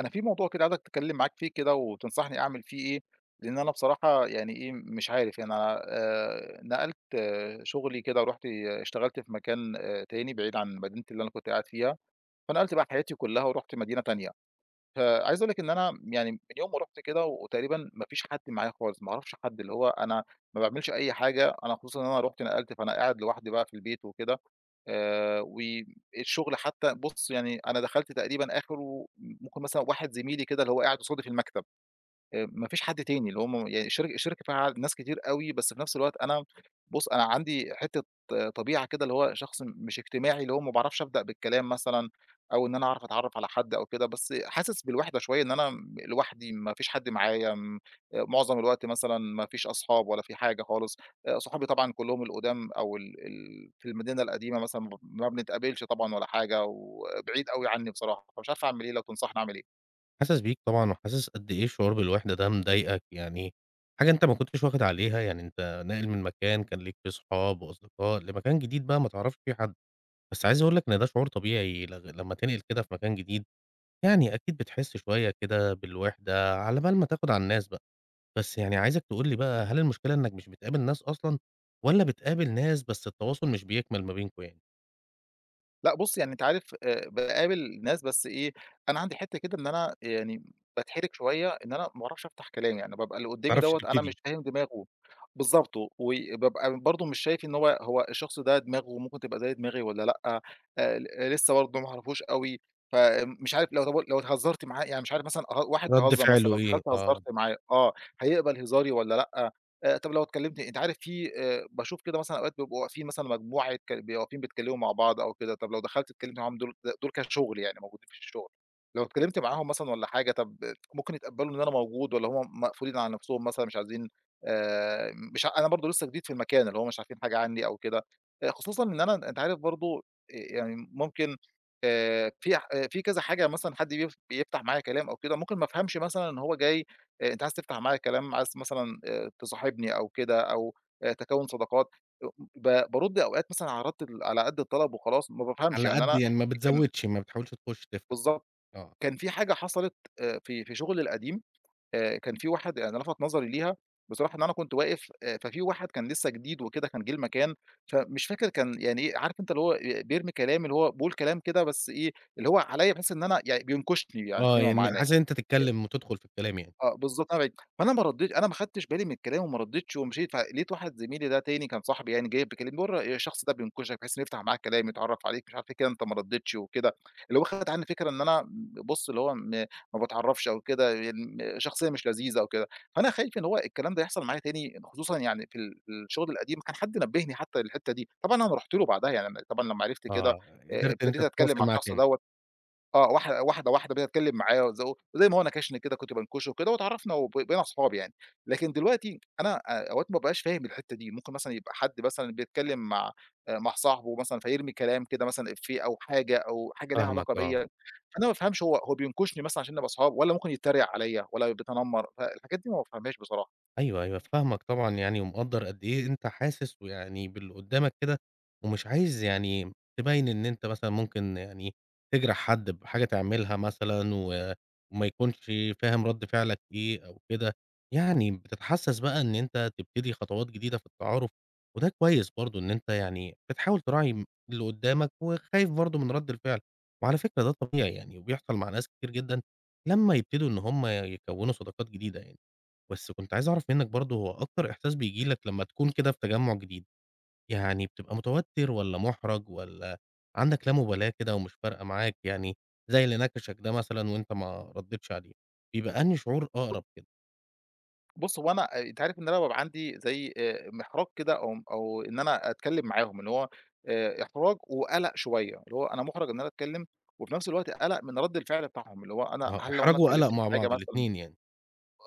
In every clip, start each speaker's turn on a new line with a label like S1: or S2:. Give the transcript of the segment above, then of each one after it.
S1: أنا في موضوع كده عايزك تتكلم معاك فيه كده وتنصحني أعمل فيه إيه، لإن أنا بصراحة يعني إيه، مش عارف يعني أنا نقلت شغلي كده ورُحت اشتغلت في مكان تاني بعيد عن مدينتي اللي أنا كنت قاعد فيها، فنقلت بقى حياتي كلّها ورُحت مدينة تانية. فعايز أقول لِك إن أنا يعني من يوم ما رُحت كده وتقريبًا ما فيش حد معايا خالص، ما أعرفش حد، اللي هو أنا ما باعملش أي حاجة، أنا خصوصًا إن أنا رُحت نقلت، فأنا قاعد لوحدي بقى في البيت وكده، والشغل حتى بُص يعني أنا دخلت تقريبًا آخره ممكن مثلًا واحد زميلي كده اللي هو قاعد قصادي في المكتب. ما فيش حد تاني، اللي هم يعني الشركة فيها ناس كتير أوي، بس في نفس الوقت أنا بُص، أنا عندي حتّة طبيعة كده اللي هو شخص مش اجتماعي، اللي هو ما باعرفش أبدأ بالكلام مثلًا أو إن أنا أعرف أتعرّف على حد أو كده، بس حاسس بالوحدة شوية إن أنا لوحدي، ما فيش حد معايا، معظم الوقت مثلًا ما فيش أصحاب ولا في حاجة خالص، صحابي طبعًا كلّهم القُدام أو ال ال في المدينة القديمة مثلًا، ما بنتقابلش طبعًا ولا حاجة، وبعيد أوي عنّي بصراحة، فمش عارف أعمل إيه، لو تنصحني أعمل إيه؟
S2: حاسس بيك طبعًا، وحاسس قد إيه الشعور بالوحدة ده مضايقك، يعني حاجة أنت ما كنتش واخد عليها، يعني أنت ناقل من مكان كان ليك فيه صحاب وأصدقاء لمكان جديد بقى ما تعرفش فيه حد، بس عايز أقول لك إن ده شعور طبيعي لمّا تنقل كده في مكان جديد، يعني أكيد بتحس شوية كده بالوحدة على بال ما تاخد على الناس بقى، بس يعني عايزك تقول لي بقى هل المشكلة إنك مش بتقابل ناس أصلًا، والّا بتقابل ناس بس التواصل مش بيكمل ما بينكم يعني؟
S1: لأ بُص، يعني أنت عارف باقابل ناس بس إيه، أنا عندي حِتّة كده إن أنا يعني باتحرج شوية إن أنا ما باعرفش أفتح كلامي، أنا بابقى اللي
S2: ما
S1: قُدّامي
S2: بتعرفش
S1: دوّة أنا مش
S2: تبتدي،
S1: فاهم دماغه. بالضبط، وبابقى برضه مش شايف إن هو الشخص ده دماغه ممكن تبقى زي دماغي والّا لأ، آه، آآ لسه برضه ما أعرفوش أوي، فمش عارف لو طب لو اتهزرت معاه يعني مش عارف مثلًا واحد
S2: رد
S1: بيهزر مثلًا
S2: فعله
S1: لو
S2: إيه؟
S1: دخلت
S2: آه،
S1: هزرت معاه هيقبل هزاري والّا لأ؟ طب لو اتكلمتِ أنتِ عارف في باشوف كده مثلًا أوقات بيبقوا واقفين مثلًا مجموعة بيبقوا واقفين بيتكلموا مع بعض أو كده، طب لو دخلتِ اتكلمتِ معاهم دول دول كشغل يعني موجودين في الشغل، لو اتكلمتِ معاهم مثلًا والّا حاجة، طب ممكن يتقبلوا إن أنا موجود والّا هُم مقفولين على نفسهم مثلًا مش عايزين مش أنا برضه لسه جديد في المكان، اللي هو مش عارفين حاجة عني أو كده، خصوصًا إن أنا أنتِ عارف برضه يعني ممكن في آه، في كذا حاجة مثلًا حد بيفتح معايا كلام أو كده، ممكن ما افهمش مثلًا إن هو جاي أنت عايز تفتح معايا كلام، عايز مثلًا تصاحبني أو كده أو تكوّن صداقات، بارُد أوقات مثلًا على رَد على قد الطلب وخلاص، ما بافهمش،
S2: على
S1: يعني
S2: قد
S1: أنا
S2: يعني ما
S1: كان
S2: بتزودش ما بتحاولش تخش تفتح يعني،
S1: بالضبط،
S2: آه.
S1: كان في حاجة حصلت في شغلي القديم، كان في واحد يعني لَفَت نظري ليها بصراحة إن أنا كنت واقف ففي واحد كان لسه جديد وكده كان جِه المكان، فمش فاكر كان يعني إيه، عارف أنت اللي هو بيرمي كلام، اللي هو باقول كلام كده بس إيه، اللي هو عليّا بحيث إن أنا يعني بينكشني يعني
S2: آه،
S1: فيما
S2: يعني
S1: معناه.
S2: حاسس إن أنت تتكلّم وتدخل في الكلام يعني.
S1: آه، بالضبط أنا بعيد، فأنا ما ردّيت أنا ما خدتش بالي من الكلام وما ردّيتش ومشيت، فلقيت واحد زميلي ده تاني كان صاحبي يعني جاي بيكلمني بيقول الشخص ده بينكشك بحيث إنه يفتح معاك كلام، يتعرّف عليك مش عارف إيه كده، أنت ما ردّيتش وكده، اللي هو خَد عني فكرة إن أنا بُص اللي هو ما باتعرّفش أو كده، يعني شخصية مش لذيذة أو كده، فأنا خايف إن هو الكلام ده يحصل معايا تاني، خصوصًا يعني في الشغل القديم كان حد نبّهني حتى للحتة دي، طبعًا أنا رُحت له بعدها يعني أنا طبعًا لمّا عرفت كده
S2: آه، قدرت إن أنت
S1: ابتديت أتكلم مع
S2: تتواصل معاه
S1: الشخص
S2: تاني.
S1: دوّة. آه، واحدة واحدة، واحدة بنتكلّم معاه وزي ما هو ناكشني كده كنت بانكشه وكده واتعرّفنا بقينا أصحاب يعني. لكن دلوقتي أنا أوقات ما بابقاش فاهم الحتّة دي، ممكن مثلًا يبقى حد مثلًا بيتكلّم مع مع صاحبه مثلًا فيرمي كلام كده مثلًا إفيه أو حاجة أو حاجة ليها
S2: فاهمك،
S1: علاقة بيّا،
S2: آه.
S1: فأنا ما بافهمش هو بينكشني مثلًا عشان نبقى أصحاب والّا ممكن يتّريق عليّا والّا بيتنمّر، فالحاجات دي ما بافهمهاش بصراحة.
S2: أيوه، أيوه، فاهمك طبعًا يعني ومقدّر قد إيه أنت حاسس ويعني باللي قدّامك كده، ومش عايز يعني تبيّن إن أنت مثلًا ممكن يعني تجرح حد بحاجة تعملها مثلًا وما يكونش فاهم رَد فعلك إيه أو كده، يعني بتتحسّس بقى إن أنت تبتدي خطوات جديدة في التعارف، وده كويس برضه إن أنت يعني بتحاول تراعي اللي قدّامك وخايف برضه من رَد الفعل، وعلى فكرة ده طبيعي يعني وبيحصل مع ناس كتير جدًا لمّا يبتدوا إن هم يكوّنوا صداقات جديدة يعني. بس كنت عايز أعرف منّك برضه هو أكتر إحساس بييجي لك لمّا تكون كده في تجمُّع جديد، يعني بتبقى متوتّر والّا مُحرَج والّا عندك لا مُبالاة كده ومش فارقة معاك، يعني زي اللي نَكَشك ده مثلًا وأنت ما ردّيتش عليه، بيبقى أنهي شعور أقرب كده؟
S1: بُص، هو أنا أنت عارف إن أنا بابقى عندي زي محراج كده أو إن أنا أتكلّم معاهم، اللي هو إحراج وقَلَق شوية، اللي هو أنا مُحرَج إن أنا أتكلّم وفي نفس الوقت قَلَق من رَد الفعل بتاعهم، اللي هو أنا
S2: ما هو
S1: هل لو أنا
S2: إحراج وقَلَق
S1: اتكلّمت في
S2: مع
S1: حاجة
S2: بعض
S1: مثلًا.
S2: الاتنين يعني،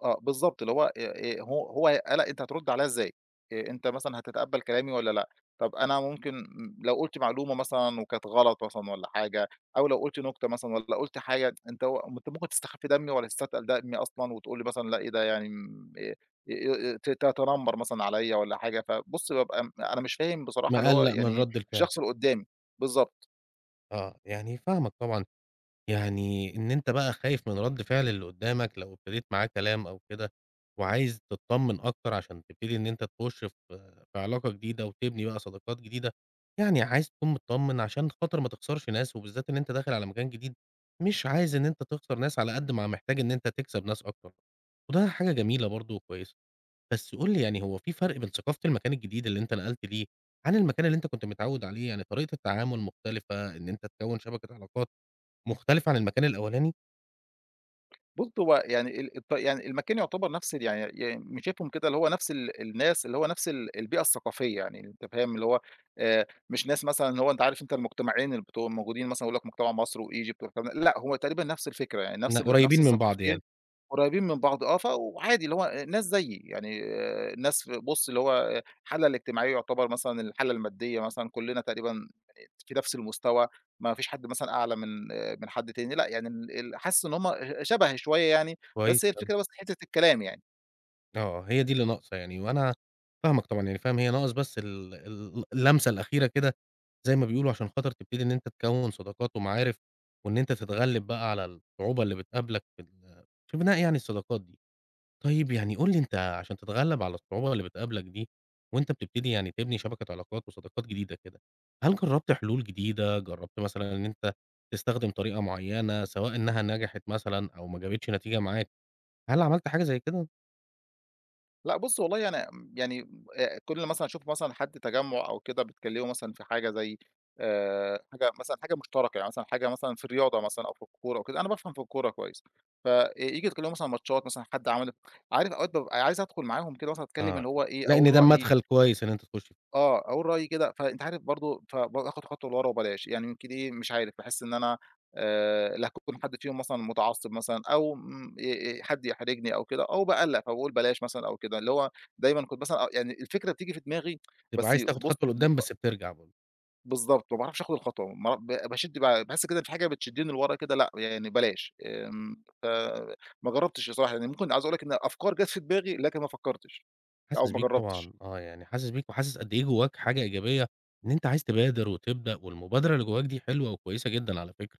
S1: آه، بالضبط، اللي هو هو قَلَق أنت هترُد عليها إزاي؟ أنت مثلًا هتتقبّل كلامي والّا لأ؟ طَب أنا ممكن لو قُلت معلومة مثلًا وكانت غلط مثلًا والّا حاجة، أو لو قُلت نُكتة مثلًا والّا قُلت حاجة أنت أنت ممكن تستخفي دمي والّا تستتقل دمي أصلًا وتقول لي مثلًا لأ إيه ده يعني تتنمّر مثلًا عليّا والّا حاجة، فبُص بابقى أنا مش فاهم بصراحة اللي هو
S2: مقلَّق من
S1: يعني
S2: رَد الفعل،
S1: الشخص اللي قُدّامي، بالضبط.
S2: آه، يعني فاهمك طبعًا يعني إن أنت بقى خايف من رَد فعل اللي قدّامك لو ابتديت معاه كلام أو كده، وعايز تتطمن أكتر عشان تبتدي إن أنت تخش في علاقة جديدة وتبني بقى صداقات جديدة، يعني عايز تكون متطمن عشان خاطر ما تخسرش ناس، وبالذات إن أنت داخل على مكان جديد، مش عايز إن أنت تخسر ناس على قد ما محتاج إن أنت تكسب ناس أكتر، وده حاجة جميلة برضه وكويسة. بس قُل لي يعني هو في فرق بين ثقافة المكان الجديد اللي أنت نقلت ليه عن المكان اللي أنت كنت متعود عليه؟ يعني طريقة التعامل مختلفة، إن أنت تكوّن شبكة علاقات مختلف عن المكان الأولاني؟
S1: بُص، هو يعني ال الط يعني المكان يعتبر نفس يعني مش شايفهم كده اللي هو نفس الناس، اللي هو نفس البيئة الثقافية يعني أنت فاهم، اللي هو مش ناس مثلًا اللي هو أنت عارف أنت المجتمعين اللي بتوع موجودين مثلًا يقول لك مجتمع مصر وEgypt والكلام ده، لأ، هو تقريبًا نفس الفكرة، يعني
S2: إن
S1: نفس نفس
S2: قريبين من بعض
S1: الثقافتين
S2: يعني،
S1: قريبين من بعض. آه، وعادي اللي هو ناس زيي، يعني آه، ناس بُص اللي هو الحالة الاجتماعية يعتبر مثلًا الحالة المادية مثلًا كلّنا تقريبًا في نفس المستوى، ما فيش حد مثلًا أعلى من آه، من حد تاني، لأ يعني ال ال حاسس إن هم شبهي شوية يعني،
S2: كويس
S1: بس هي
S2: أوي،
S1: الفكرة بس حتة الكلام يعني.
S2: آه، هي دي اللي ناقصة يعني، وأنا فاهمك طبعًا يعني فاهم هي ناقص بس ال ال اللمسة الأخيرة كده زي ما بيقولوا عشان خاطر تبتدي إن أنت تكوّن صداقات ومعارف، وإن أنت تتغلب بقى على الصعوبة اللي بتقابلك في بناء يعني الصداقات دي. طيب يعني قُل لي أنت عشان تتغلّب على الصعوبة اللي بتقابلك دي، وأنت بتبتدي يعني تبني شبكة علاقات وصداقات جديدة كده، هل جرّبت حلول جديدة، جرّبت مثلًا إن أنت تستخدم طريقة معيّنة سواء إنها نجحت مثلًا أو ما جابتش نتيجة معاك، هل عملت حاجة زي كده؟
S1: لأ بُص والله أنا يعني كل مثلًا أشوف مثلًا حد تجمُّع أو كده بيتكلّموا مثلًا في حاجة زي حاجة مثلًا حاجة مشتركة، يعني مثلًا حاجة مثلًا في الرياضة مثلًا أو في الكورة أو كده، أنا بافهم في الكورة كويس، فييجوا يتكلّموا مثلًا ماتشات مثلًا حد عمل. عارف أوقات بابقى عايز أدخُل معاهم كده مثلًا أتكلّم
S2: آه،
S1: اللي هو إيه،
S2: لإن
S1: أقول
S2: ده
S1: رأيي.
S2: مدخل كويس إن أنت تخش فيه،
S1: آه، أقول رأيي كده، فأنت عارف برضه فباخد خطوة لورا وبلاش، يعني يمكن إيه، مش عارف، باحس إن أنا لا هاكون حد فيهم مثلًا متعصب مثلًا أو حد يحرجني أو كده أو باقلّق فباقول بلاش مثلًا أو كده، اللي هو دايمًا كنت مثلًا يعني الفكرة بتيجي في دماغي
S2: تبقى
S1: بس
S2: عايز تاخد
S1: بُص
S2: خطوة لقدّام بس بترجع برضه،
S1: بالضبط، ما باعرفش آخُد الخطوة، ما باشِد باحس كده إن في حاجة بتشدّني لورا كده لأ، يعني بلاش، فما جرّبتش بصراحة، يعني ممكن عايز أقول لك إن أفكار جات في دماغي لكن ما فكّرتش أو
S2: حاسس
S1: ما
S2: بيك
S1: جرّبتش.
S2: طبعًا، آه يعني حاسس بيك وحاسس قد إيه جواك حاجة إيجابية، إن أنت عايز تبادر وتبدأ، والمبادرة اللي جواك دي حلوة وكويسة جدًا على فكرة.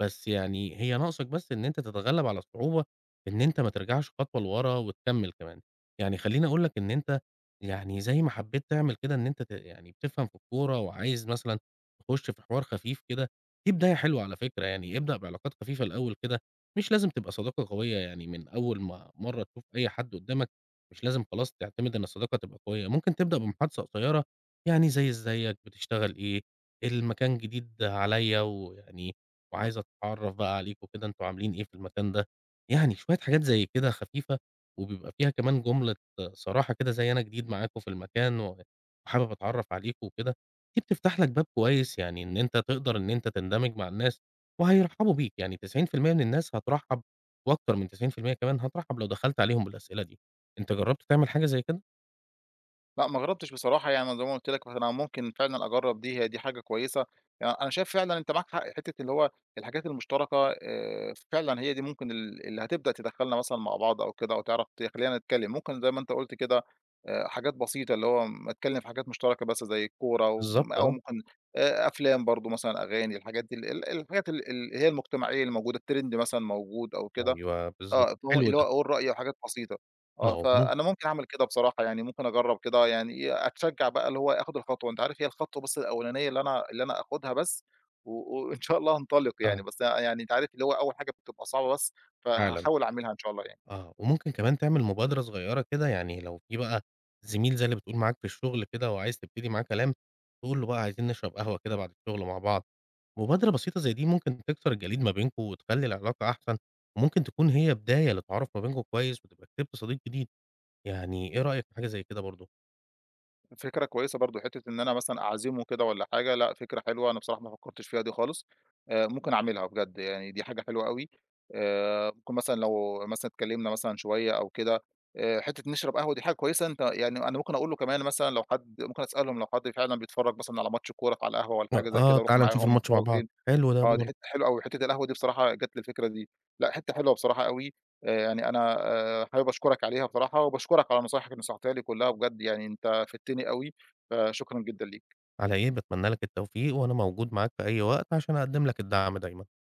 S2: بس يعني هي ناقصك بس إن أنت تتغلّب على الصعوبة، إن أنت ما ترجعش خطوة لورا وتكمّل كمان. يعني خلّيني أقول لك إن أنت يعني زي ما حبّيت تعمل كده إن أنت يعني بتفهم في الكورة وعايز مثلًا تخُش في حوار خفيف كده، دي بداية حلوة على فكرة، يعني ابدأ بعلاقات خفيفة الأول كده، مش لازم تبقى صداقة قوية يعني من أول ما مرّة تشوف أي حد قُدّامك، مش لازم خلاص تعتمد إن الصداقة تبقى قوية، ممكن تبدأ بمحادثة قصيّرة، يعني زي إزيك، بتشتغل إيه، المكان جديد عليّا ويعني وعايز أتعرّف بقى عليكم وكده، أنتم عاملين إيه في المكان ده؟ يعني شوية حاجات زي كده خفيفة، وبيبقى فيها كمان جملة صراحة كده زي أنا جديد معاكم في المكان وحابب أتعرّف عليكم وكده، دي بتفتح لك باب كويس يعني إن أنت تقدر إن أنت تندمج مع الناس وهيرحبوا بيك، يعني 90% من الناس هترحّب وأكتر من 90% كمان هترحّب لو دخلت عليهم بالأسئلة دي. أنت جرّبت تعمل حاجة زي كده؟
S1: لأ، ما جرّبتش بصراحة يعني أنا زي ما قُلت لك فأنا ممكن فعلًا أجرّب دي، هي دي حاجة كويسة، يعني أنا شايف فعلًا أنت معاك حق حتّة اللي هو الحاجات المشتركة فعلًا هي دي ممكن اللي هتبدأ تدخّلنا مثلًا مع بعض أو كده أو تعرف تخلّينا نتكلّم، ممكن زي ما أنت قُلت كده حاجات بسيطة اللي هو أتكلّم في حاجات مشتركة بس زي الكورة
S2: بالضبط
S1: أو
S2: آه،
S1: ممكن أفلام برضه مثلًا، أغاني، الحاجات دي ال ال الحاجات ال ال اللي هي المجتمعية اللي موجودة الtrend مثلًا موجود أو كده،
S2: أيوه بالضبط،
S1: آه، فهو
S2: حلو
S1: اللي هو
S2: ده،
S1: أقول رأيي وحاجات بسيطة، آه،
S2: آه
S1: فأنا ممكن أعمل كده بصراحة، يعني ممكن أجرّب كده يعني إيه، أتشجّع بقى اللي هو آخُد الخطوة، أنت عارف هي الخطوة بس الأولانية اللي أنا آخُدها بس وإن شاء الله هانطلق يعني،
S2: آه
S1: بس يعني أنت عارف اللي هو أول حاجة بتبقى صعبة بس،
S2: فعلًا.
S1: فهاحاول أعملها إن شاء الله يعني.
S2: آه، وممكن كمان تعمل مبادرة صغيرة كده، يعني لو في بقى زميل زي اللي بتقول معاك في الشغل كده وعايز تبتدي معاه كلام، تقول له بقى عايزين نشرب قهوة كده بعد الشغل مع بعض، مبادرة بسيطة زي دي ممكن تكسر الجليد ما بينكم وتخلّي العلاقة أحسن، وممكن تكون هي بداية لتعارُف ما بينكم كويس وتبقى كسبت صديق جديد، يعني إيه رأيك في حاجة زي كده برضه؟
S1: فكرة كويسة برضه، حتّة إن أنا مثلًا أعزمه كده والّا حاجة، لأ فكرة حلوة، أنا بصراحة ما فكّرتش فيها دي خالص، ممكن أعملها بجد يعني دي حاجة حلوة أوي، ممكن مثلًا لو مثلًا اتكلّمنا مثلًا شوية أو كده، حتّة نشرب قهوة دي حاجة كويسة، أنت يعني أنا ممكن أقول له كمان مثلًا لو حد ممكن أسألهم لو حد فعلًا بيتفرّج مثلًا على ماتش كورة على القهوة والّا
S2: آه،
S1: حاجة زي كده،
S2: آه،
S1: أروح
S2: تعالَ نشوف
S1: معاهم،
S2: الماتش مع
S1: بيتفرّجوا
S2: بعض،
S1: فين؟
S2: حلو ده
S1: آه، دي
S2: برضه،
S1: حتّة حلوة أوي، حتّة القهوة دي بصراحة جات لي الفكرة دي، لأ حتّة حلوة بصراحة أوي، يعني أنا حابب أشكرك عليها بصراحة، وباشكرك على نصايحك اللي نصحتها لي كلّها بجد يعني أنت فدتني أوي، فشكرًا جدًا ليك.
S2: على إيه، باتمنى لك التوفيق وأنا موجود معاك في أي وقت عشان أقدّم لك الدعم دايمًا.